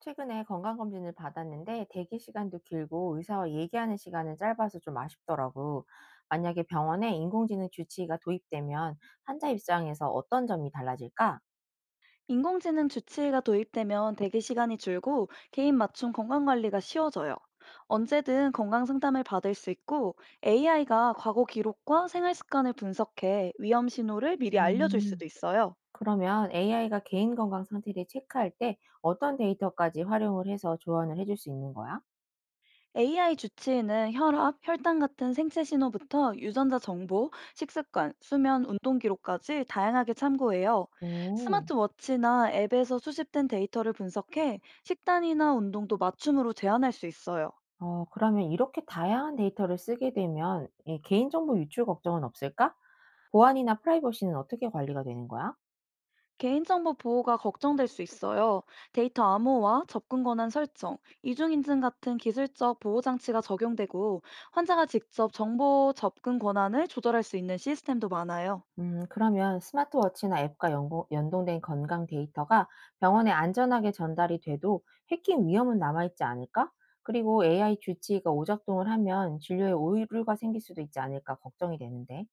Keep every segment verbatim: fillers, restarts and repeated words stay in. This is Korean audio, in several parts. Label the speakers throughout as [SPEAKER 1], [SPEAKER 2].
[SPEAKER 1] 최근에 건강검진을 받았는데 대기 시간도 길고 의사와 얘기하는 시간은 짧아서 좀 아쉽더라고. 만약에 병원에 인공지능 주치의가 도입되면 환자 입장에서 어떤 점이 달라질까?
[SPEAKER 2] 인공지능 주치의가 도입되면 대기 시간이 줄고 개인 맞춤 건강관리가 쉬워져요. 언제든 건강 상담을 받을 수 있고 에이아이가 과거 기록과 생활 습관을 분석해 위험 신호를 미리 알려줄
[SPEAKER 1] 음,
[SPEAKER 2] 수도 있어요.
[SPEAKER 1] 그러면 에이아이가 개인 건강 상태를 체크할 때 어떤 데이터까지 활용을 해서 조언을 해줄 수 있는 거야?
[SPEAKER 2] 에이아이 주치의는 혈압, 혈당 같은 생체 신호부터 유전자 정보, 식습관, 수면, 운동 기록까지 다양하게 참고해요.
[SPEAKER 1] 오,
[SPEAKER 2] 스마트워치나 앱에서 수집된 데이터를 분석해 식단이나 운동도 맞춤으로 제한할 수 있어요.
[SPEAKER 1] 어, 그러면 이렇게 다양한 데이터를 쓰게 되면 이 개인정보 유출 걱정은 없을까? 보안이나 프라이버시는 어떻게 관리가 되는 거야?
[SPEAKER 2] 개인정보 보호가 걱정될 수 있어요. 데이터 암호화, 접근 권한 설정, 이중인증 같은 기술적 보호장치가 적용되고 환자가 직접 정보 접근 권한을 조절할 수 있는 시스템도 많아요.
[SPEAKER 1] 음, 그러면 스마트워치나 앱과 연고, 연동된 건강 데이터가 병원에 안전하게 전달이 돼도 해킹 위험은 남아있지 않을까? 그리고 에이아이 주치의가 오작동을 하면 진료에 오류가 생길 수도 있지 않을까 걱정이 되는데.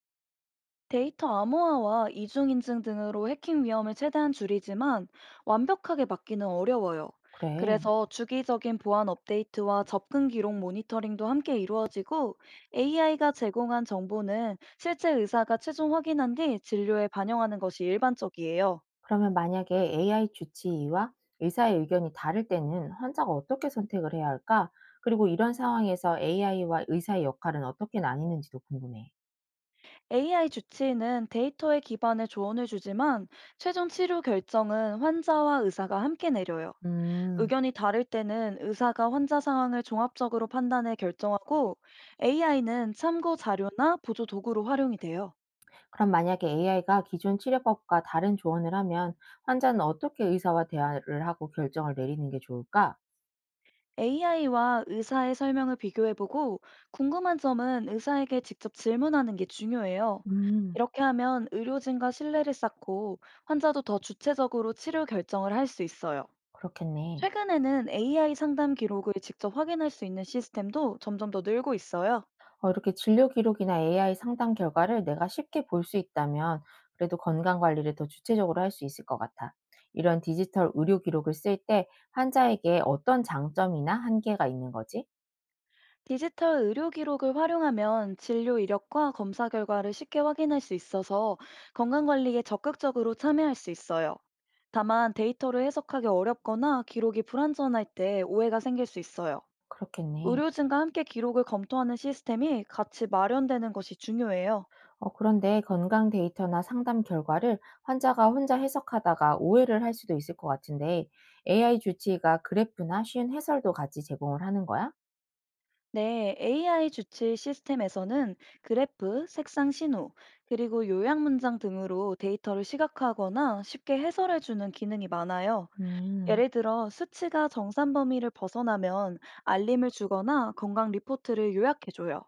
[SPEAKER 2] 데이터 암호화와 이중인증 등으로 해킹 위험을 최대한 줄이지만 완벽하게 막기는 어려워요.
[SPEAKER 1] 그래.
[SPEAKER 2] 그래서 주기적인 보안 업데이트와 접근 기록 모니터링도 함께 이루어지고 에이아이가 제공한 정보는 실제 의사가 최종 확인한 뒤 진료에 반영하는 것이 일반적이에요.
[SPEAKER 1] 그러면 만약에 에이아이 주치의와 의사의 의견이 다를 때는 환자가 어떻게 선택을 해야 할까? 그리고 이런 상황에서 에이아이와 의사의 역할은 어떻게 나뉘는지도 궁금해.
[SPEAKER 2] 에이아이 주치의는 데이터에 기반해 조언을 주지만 최종 치료 결정은 환자와 의사가 함께 내려요.
[SPEAKER 1] 음.
[SPEAKER 2] 의견이 다를 때는 의사가 환자 상황을 종합적으로 판단해 결정하고 에이아이는 참고 자료나 보조 도구로 활용이 돼요.
[SPEAKER 1] 그럼 만약에 에이아이가 기존 치료법과 다른 조언을 하면 환자는 어떻게 의사와 대화를 하고 결정을 내리는 게 좋을까?
[SPEAKER 2] 에이아이와 의사의 설명을 비교해보고 궁금한 점은 의사에게 직접 질문하는 게 중요해요.
[SPEAKER 1] 음,
[SPEAKER 2] 이렇게 하면 의료진과 신뢰를 쌓고 환자도 더 주체적으로 치료 결정을 할 수 있어요.
[SPEAKER 1] 그렇겠네.
[SPEAKER 2] 최근에는 에이아이 상담 기록을 직접 확인할 수 있는 시스템도 점점 더 늘고 있어요.
[SPEAKER 1] 어, 이렇게 진료 기록이나 에이아이 상담 결과를 내가 쉽게 볼 수 있다면 그래도 건강 관리를 더 주체적으로 할 수 있을 것 같아. 이런 디지털 의료 기록을 쓸 때 환자에게 어떤 장점이나 한계가 있는 거지?
[SPEAKER 2] 디지털 의료 기록을 활용하면 진료 이력과 검사 결과를 쉽게 확인할 수 있어서 건강관리에 적극적으로 참여할 수 있어요. 다만 데이터를 해석하기 어렵거나 기록이 불완전할 때 오해가 생길 수 있어요.
[SPEAKER 1] 그렇겠네.
[SPEAKER 2] 의료진과 함께 기록을 검토하는 시스템이 같이 마련되는 것이 중요해요.
[SPEAKER 1] 어, 그런데 건강 데이터나 상담 결과를 환자가 혼자 해석하다가 오해를 할 수도 있을 것 같은데 에이아이 주치의가 그래프나 쉬운 해설도 같이 제공을 하는 거야?
[SPEAKER 2] 네, 에이아이 주치 시스템에서는 그래프, 색상 신호, 그리고 요약 문장 등으로 데이터를 시각화하거나 쉽게 해설해주는 기능이 많아요.
[SPEAKER 1] 음,
[SPEAKER 2] 예를 들어 수치가 정산 범위를 벗어나면 알림을 주거나 건강 리포트를 요약해줘요.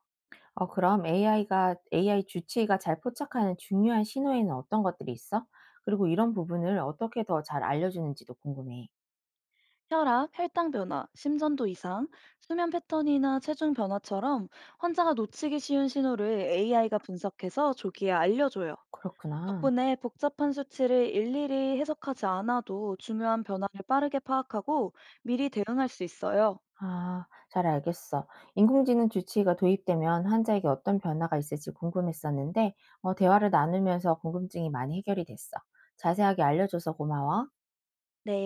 [SPEAKER 1] 어, 그럼 에이아이가 에이아이 주치의가 잘 포착하는 중요한 신호에는 어떤 것들이 있어? 그리고 이런 부분을 어떻게 더 잘 알려주는지도 궁금해.
[SPEAKER 2] 혈압, 혈당 변화, 심전도 이상, 수면 패턴이나 체중 변화처럼 환자가 놓치기 쉬운 신호를 에이아이가 분석해서 조기에 알려줘요.
[SPEAKER 1] 그렇구나.
[SPEAKER 2] 덕분에 복잡한 수치를 일일이 해석하지 않아도 중요한 변화를 빠르게 파악하고 미리 대응할 수 있어요.
[SPEAKER 1] 아, 잘 알겠어. 인공지능 주치의가 도입되면 환자에게 어떤 변화가 있을지 궁금했었는데, 어, 대화를 나누면서 궁금증이 많이 해결이 됐어. 자세하게 알려줘서 고마워.
[SPEAKER 2] 네.